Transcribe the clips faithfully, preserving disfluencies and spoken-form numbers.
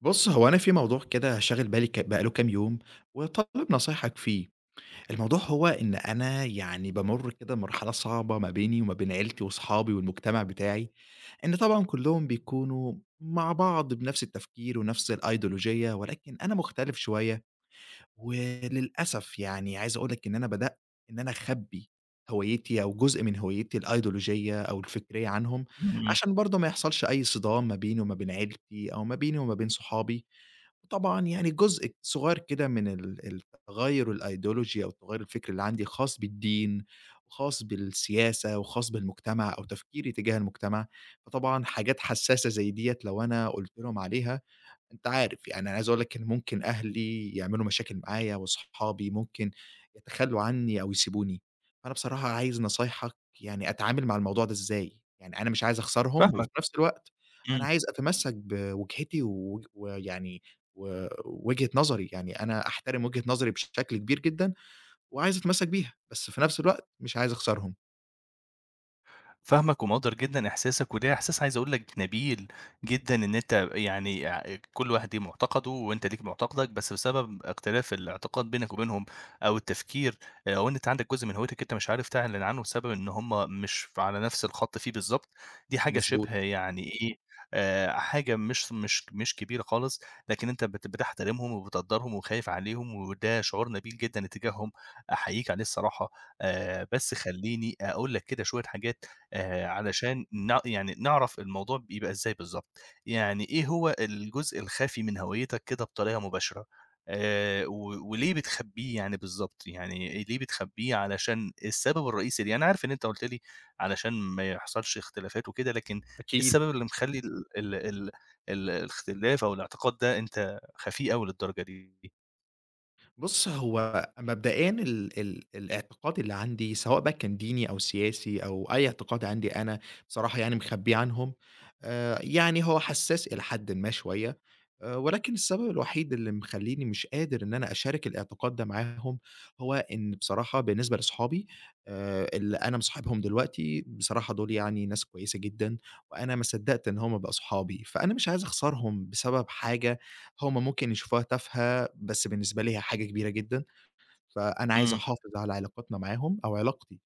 بُص، هو أنا في موضوع كده شاغل بالي ك بقى له كام يوم، وطالب نصايحك فيه. الموضوع هو إن أنا يعني بامُر كده بمرحلة صعبة ما بيني وما بين عيلتي وأصحابي والمجتمع بتاعي، إن طبعًا كلّهم بيكونوا مع بعض بنفس التفكير ونفس الأيديولوجية، ولكن أنا مختلف شوية، وللأسف يعني عايز أقول لك إن أنا بدأت إن أنا أخبّي هويتي أو جزء من هويتي الأيديولوجية أو الفكرية عنهم، إمم، إمم، عشان برضه ما يحصلش أي صدام ما بيني وما بين عيلتي أو ما بيني وما بين صحابي، طبعًا يعني جزء صغير كده من ال ال تغيُّر الأيديولوجيا أو التغيُّر الفكري اللي عندي خاص بالدين، وخاص بالسياسة، وخاص بالمجتمع أو تفكيري تجاه المجتمع، فطبعًا حاجات حساسة زي ديّة لو أنا قُلت لهم عليها أنت عارف، يعني أنا عايز أقول لك إن ممكن أهلي يعملوا مشاكل معايا وأصحابي ممكن يتخلّوا عنّي أو يسيبوني، فأنا بصراحة عايز نصايحك يعني أتعامل مع الموضوع ده إزاي؟ يعني أنا مش عايز أخسرهم وفي فاهمك، نفس الوقت أنا إمم. عايز أتمسّك بوجهتي ووج ويعني و وجهة نظري، يعني أنا أحترم وجهة نظري بشكل كبير جدًا وعايز أتمسّك بيها، بس في نفس الوقت مش عايز أخسرهم. فاهمك ومقدّر جدًا إحساسك، وده إحساس عايز أقول لك نبيل جدًا إن أنت يعني ع كل واحد ليه معتقده وأنت ليك معتقدك، بس بسبب اختلاف الاعتقاد بينك وبينهم أو التفكير آه، أو إن أنت عندك جزء من هويتك أنت مش عارف تعلن عنه بسبب إن هم مش على نفس الخط فيه بالضبط، دي حاجة شِبه مضبوط، يعني إيه، آآ حاجة مش مش مش كبيرة خالص، لكن أنت بت بتحترمهم وبتقدّرهم وخايف عليهم وده شعور نبيل جدًا اتجاههم، أحييك عليه الصراحة. آآ بس خلّيني أقول لك كده شوية حاجات آآ علشان نع يعني نعرف الموضوع بيبقى إزاي بالضبط. يعني إيه هو الجزء الخفي من هويتك كده بطريقة مباشرة؟ آآ و وليه بتخبّيه يعني بالضبط؟ يعني ليه بتخبّيه علشان السبب الرئيسي ليه؟ أنا عارف إن أنت قُلت لي علشان ما يحصلش اختلافات وكده، لكن إيه أكيد. السبب اللي مخلّي ال ال ال ال الاختلاف أو الاعتقاد ده أنت خفيه أوي للدرجة دي؟ بُص، هو مبدئيًا ال ال الاعتقاد اللي عندي سواء بقى كان ديني أو سياسي أو أي اعتقاد عندي أنا بصراحة يعني مخبّيه عنهم، آآ يعني هو حسّاس إلى حدٍ ما شوية، آآ ولكن السبب الوحيد اللي مخلّيني مش قادر إن أنا أشارك الاعتقاد ده معاهم، هو إن بصراحة بالنسبة لأصحابي آآ اللي أنا مصاحبهم دلوقتي، بصراحة دول يعني ناس كويسة جدًا، وأنا ما صدّقت إن هم بقوا صحابي، فأنا مش عايز أخسرهم بسبب حاجة هُم ممكن يشوفوها تافهة، بس بالنسبة لي هي حاجة كبيرة جدًا، فأنا عايز إمم، أحافظ على علاقاتنا معاهم أو علاقتي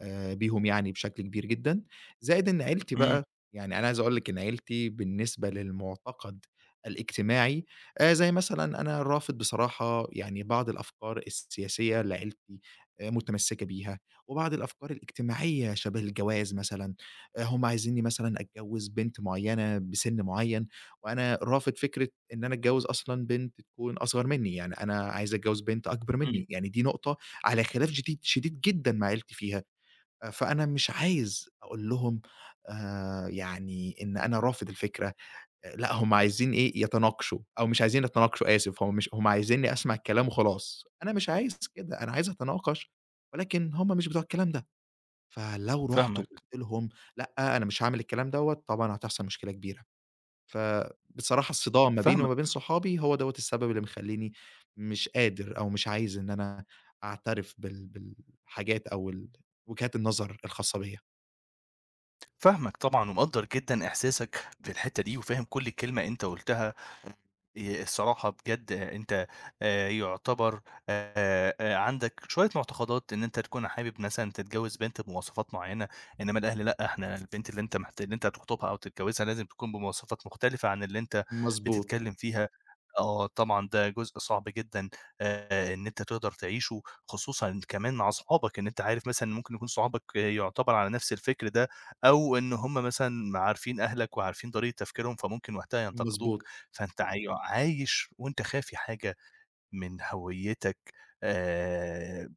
آآ بيهم يعني بشكل كبير جدًا، زائد إن عيلتي إمم، بقى يعني أنا عايز أقول لِك إن عيلتي بالنسبة للمعتقد الاجتماعي آآ زي مثلًا أنا رافض بصراحة يعني بعض الأفكار السياسية اللي عيلتي آآ متمسكة بيها، وبعض الأفكار الاجتماعية شَبه الجواز مثلًا، آآ هُم عايزينّي مثلًا أتجوّز بنت معيّنة بسِن معيّن، وأنا رافض فكرة إن أنا أتجوّز أصلًا بنت تكون أصغر منّي، يعني أنا عايز أتجوّز بنت أكبر إمم، منّي، يعني دي نقطة على خلاف شديد شديد جدًا مع عيلتي فيها، آآ فأنا مش عايز أقول لهم آآ يعني إن أنا رافض الفكرة، آآ لأ هم عايزين إيه، يتناقشوا أو مش عايزين يتناقشوا آسف، هم مش هم عايزينّي أسمع الكلام وخلاص، أنا مش عايز كده، أنا عايز أتناقش ولكن هم مش بتوع الكلام ده، فلو رُحت فاهمك، وقُلت لهم لأ، أنا مش هاعمل الكلام دوّة، طبعًا هتحصل مشكلة كبيرة. فبصراحة الصدام ما بيني فاهمك. وما بين صحابي هو دوّة السبب اللي مخلّيني مش قادر أو مش عايز إن أنا أعترف بال بالحاجات أو ال وجهات النظر الخاصة بيّا. فاهمك طبعًا ومقدّر جدًا إحساسك في الحتّة دي، وفاهم كل كلمة أنت قُلتها. آآ الصراحة بجد آه، أنت آآ يُعتبر آآ آآ عندك شوية مُعتقدات إن أنت تكون حابب مثلًا تتجوّز بنت بمواصفات معيّنة، إنّما الأهل لأ، إحنا البنت اللي أنت محت اللي أنت هتخطبها أو تتجوّزها لازم تكون بمواصفات مختلفة عن اللي أنت مضبوط، بتتكلّم فيها. آه طبعًا ده جزء صعب جدًا، آآ إن أنت تقدر تعيشه، خصوصًا كمان مع صحابك، إن أنت عارف مثلًا ممكن يكون صحابك آه، يُعتبر على نَفْس الفكر ده أو إن هم مثلًا عارفين أهلك وعارفين طريقة تفكيرهم، فممكن وقتها ينتقدوك. مضبوط. فأنت أيوه، عايش وأنت خافي حاجة من هويتك. آآ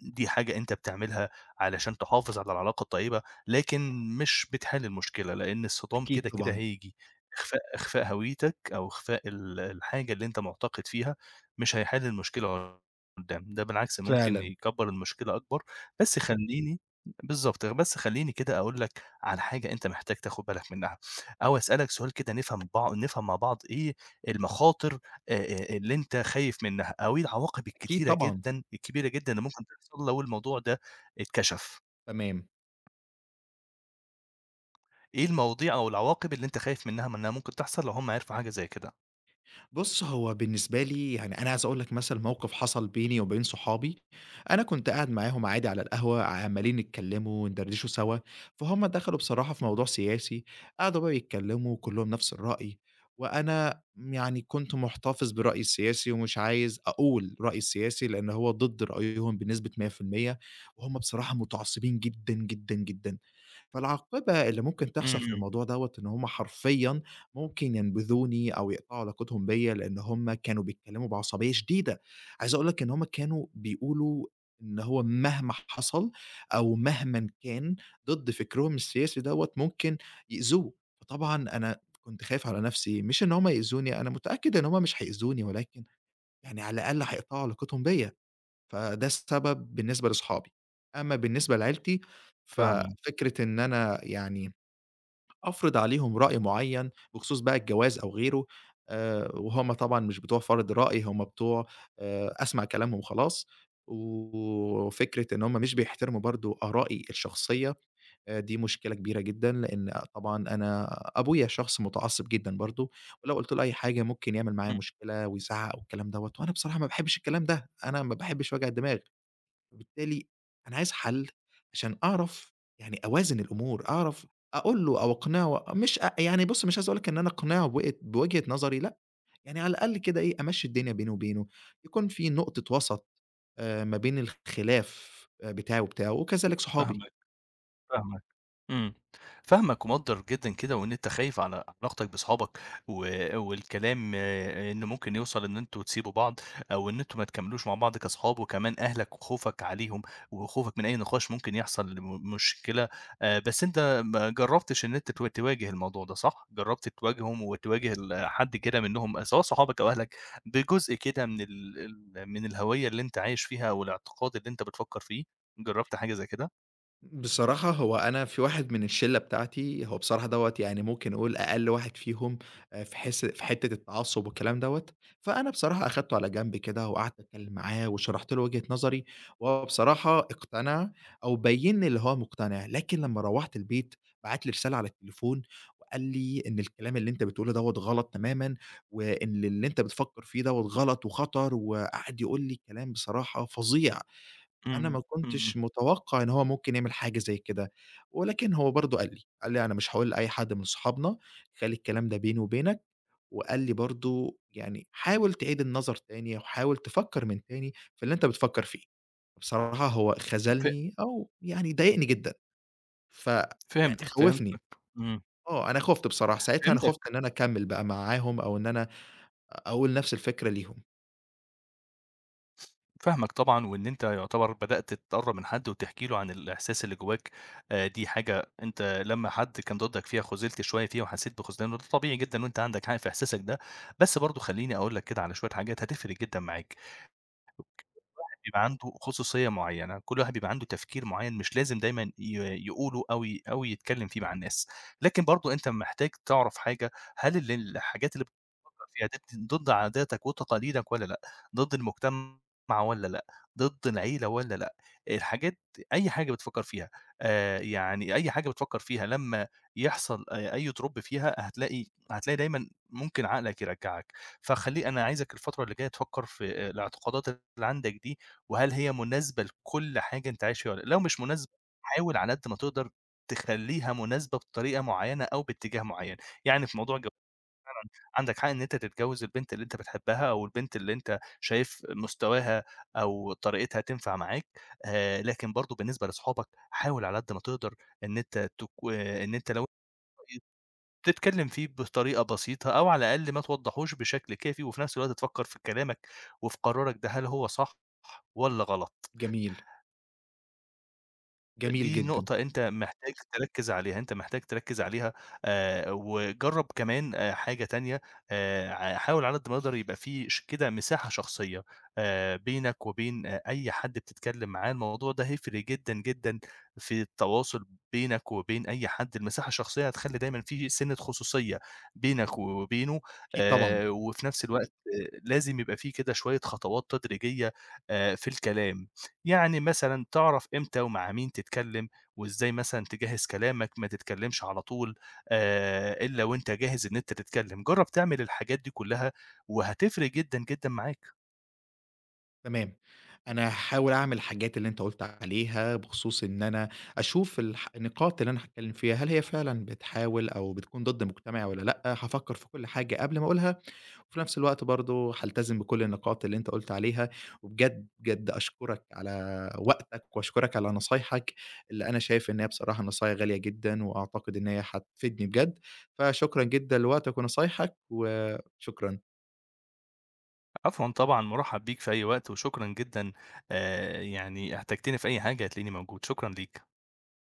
دي حاجة أنت بتعملها علشان تحافظ على العلاقة الطيبة، لكن مش بتحل المشكلة، لإن الصدام أكيد كده، كده طبعًا، هييجي. إخفاء إخفاء هويتك أو إخفاء ال الحاجة اللي أنت معتقد فيها مش هيحل المشكلة قدّام، ده بالعكس ممكن فعلًا. يكبّر المشكلة أكبر. بس خلّيني بالضبط، بس خلّيني كده أقول لك على حاجة أنت محتاج تاخد بالك منها أو أسألك سؤال كده نفهم بع نفهم مع بعض إيه المخاطر آآ آآ اللي أنت خايف منها، أو إيه العواقب أكيد الكتيرة طبعًا، جدًا الكبيرة جدًا اللي ممكن تحصل لو الموضوع ده اتكشف؟ تمام. إيه المواضيع أو العواقب اللي أنت خايف منها، ما إنها ممكن تحصل لو هُم عرفوا حاجة زي كده؟ بُص، هو بالنسبة لي يعني أنا عايز أقول لك مثلًا موقف حصل بيني وبين صحابي، أنا كنت قاعد معاهم عادي على القهوة، عمّالين يتكلموا وندردشوا سوا، فهُم دخلوا بصراحة في موضوع سياسي، قعدوا بقى يتكلموا كلّهم نفس الرأي، وأنا يعني كنت محتفظ برأيي السياسي ومش عايز أقول رأيي السياسي، لأن هو ضد رأيهم بنسبة مية في المية وهُم بصراحة متعصبين جدًا، جدًا، جدًا. فالعاقبة اللي ممكن إمم، تحصل في إمم، الموضوع دوّة، إن هم حرفيًا ممكن ينبذوني أو يقطعوا علاقتهم بيّا، لإن هم كانوا بيتكلموا بعصبية شديدة. عايز أقول لك إن هم كانوا بيقولوا إن هو مهما حصل أو مهمًا كان ضد فكرهم السياسي دوّة ممكن يأذوه. فطبعًا أنا كنت خايف على نفسي، مش إن هم يأذوني، أنا متأكد إن هم مش هيأذوني، ولكن يعني على الأقل هيقطعوا علاقتهم بيّا. فده السبب بالنسبة لأصحابي. أمّا بالنسبة لعيلتي، فاهمك، ففكرة إن أنا يعني أفرض عليهم رأي معيّن بخصوص بقى الجواز أو غيره، آآ وهُم طبعًا مش بتوع فرض رأي، هُم بتوع آآ أسمع كلامهم وخلاص، وفكرة إن هُم مش بيحترموا برضه آرائي الشخصية، آآ دي مشكلة كبيرة جدًا، لإن طبعًا أنا أبويا شخص متعصب جدًا برضه، ولو قُلت له أي حاجة ممكن يعمل معايا إمم، مشكلة ويزعّق والكلام دوّة، وأنا بصراحة ما باحبش الكلام ده، أنا ما باحبش وجع الدماغ. فبالتالي أنا عايز حل عشان أعرف يعني أوازن الأمور، أعرف أقول له أو أقنعه مش أ يعني بُص مش عايز أقول لك إن أنا أقنعه بوجهة بوجهة نظري لأ، يعني على الأقل كده إيه، أمشّي الدنيا بيني وبينه، يكون في نقطة وسط آآ ما بين الخلاف آه، بتاعي وبتاعه وكذلك صحابي. فاهمك. فاهمك. إمم. فاهمك ومقدّر جدًا كده وإن أنت خايف على علاقتك بأصحابك و والكلام إنه ممكن يوصل إن أنتم تسيبوا بعض أو إن أنتم ما تكمّلوش مع بعض كأصحاب وكمان أهلك وخوفك عليهم وخوفك من أي نقاش ممكن يحصل م مشكلة. آآ بس أنت ما جرّبتش إن أنت ت تواجه الموضوع ده صح؟ جرّبت تواجههم وتواجه ال حد كده منّهم سواء صحابك أو أهلك بجزء كده من ال ال من الهوية اللي أنت عايش فيها أو الاعتقاد اللي أنت بتفكّر فيه؟ جرّبت حاجة زي كده؟ بصراحة هو أنا في واحد من الشلة بتاعتي، هو بصراحة دوّة يعني ممكن أقول أقل واحد فيهم آآ في حس في حتّة التعصُّب والكلام دوّة، فأنا بصراحة أخدته على جنب كده وقعدت أتكلّم معاه وشرحت له وجهة نظري، وهو بصراحة اقتنع أو بيّن لي اللي هو مقتنع، لكن لمّا روّحت البيت بعت لي رسالة على التليفون وقال لي: "إن الكلام اللي أنت بتقوله دوّة غلط تمامًا، وإن اللي أنت بتفكّر فيه دوّة غلط وخطر." وقعد يقول لي كلام بصراحة فظيع. أنا إمم. ما إمم. كنتش متوقع إن هو ممكن يعمل حاجة زي كده، ولكن هو برضه قال لي، قال لي: "أنا مش هاقول لأي حد من صحابنا، خلّي الكلام ده بيني وبينك." وقال لي برضه يعني: "حاول تعيد النظر تاني، وحاول تفكّر من تاني في اللي أنت بتفكّر فيه." بصراحة هو ف خذلني أو يعني ضايقني جدًا، ف يعني فهمتك، خوّفني، فهمتك، إمم، آه، أنا خُفت بصراحة، ساعتها أنا خُفت فهمتك، إن أنا أكمّل بقى معاهم أو إن أنا أقول نفس الفكرة ليهم. فاهمك طبعًا، وإن أنت يعتبر بدأت تتقرّب من حد وتحكي له عن الإحساس اللي جواك. آآ، دي حاجة أنت لمّا حد كان ضدك فيها خُذلت شوية فيها وحسيت بخذلان، وده طبيعي جدًا وأنت عندك حق في إحساسك ده، بس برضه خلّيني أقول لك كده على شوية حاجات هتفرق جدًا معاك. واحد بيبقى عنده خصوصية معيّنة، كل واحد بيبقى عنده تفكير معيّن مش لازم دايمًا ي يقوله أو ي أو يتكلّم فيه مع الناس، لكن برضه أنت محتاج تعرف حاجة، هل ال الحاجات اللي بتفكّر فيها دي ضد عاداتك وتقاليدك والّا لأ، ضد المجتمع والّا لأ، ضد العيلة والّا لأ، الحاجات أي حاجة بتفكّر فيها، آآ، يعني أي حاجة بتفكّر فيها لمّا يحصل أ أي drop فيها هتلاقي هتلاقي دايمًا ممكن عقلك يرجّعك، فخلّي أنا عايزك الفترة اللي جاية تفكّر في الاعتقادات اللي عندك دي وهل هي مناسبة لكل حاجة أنت عايش فيها والّا لأ؟ لو مش مناسبة حاول على قد ما تقدر تخلّيها مناسبة بطريقة معيّنة أو باتجاه معيّن، يعني في موضوع الجواز عندك حق إن أنت تتجوّز البنت اللي أنت بتحبها أو البنت اللي أنت شايف مستواها أو طريقتها تنفع معاك. آآ لكن برضه بالنسبة لأصحابك حاول على قد ما تقدر إن أنت تك آه، إن أنت لو تتكلّم فيه بطريقة بسيطة أو على الأقل ما توضّحوش بشكل كافي وفي نفس الوقت تفكّر في كلامك وفي قرارك ده هل هو صح والّا غلط. جميل، جميل دي جدًا، نقطة أنت محتاج تركّز عليها، أنت محتاج تركّز عليها. آآ، وجرّب كمان آآ، حاجة تانية، آآ، ع حاول على قد ما يقدر يبقى في ش كده مساحة شخصية، آآ، بينك وبين أ أي حد بتتكلم معاه، الموضوع ده هيفرق جدًا، جدًا في التواصل بينك وبين أي حد، المساحة الشخصية هتخلّي دايمًا في سِنّة خصوصية بينك وبينه. أكيد طبعًا. آآ، وفي نفس الوقت آه، لازم يبقى في كده شوية خطوات تدريجية آآ، في الكلام. يعني مثلًا تعرف إمتى ومع مين تتكلم، وإزاي مثلًا تجهّز كلامك، ما تتكلمش على طول آآ، إلا وأنت جاهز إن أنت تتكلم، جرّب تعمل الحاجات دي كلّها وهتفرق جدًا، جدًا معاك. تمام. أنا هاحاول أعمل الحاجات اللي أنت قُلت عليها بخصوص إن أنا أشوف الح النقاط اللي أنا هاتكلّم فيها، هل هي فعلًا بتحاول أو بتكون ضد مجتمعي والّا لأ، هافكّر في كل حاجة قبل ما أقولها، وفي نفس الوقت برضه هالتزم بكل النقاط اللي أنت قُلت عليها، وبجد، بجد أشكرك على وقتك وأشكرك على نصايحك، اللي أنا شايف إن هي بصراحة نصايح غالية جدًا، وأعتقد إن هي هتفيدني بجد، فشكرًا جدًا لوقتك ونصايحك، وشكرًا. عفوًا طبعًا، مرحّب بيك في أي وقت، وشكرًا جدًا، آآ، يعني احتجتني في أي حاجة هتلاقيني موجود، شكرًا ليك.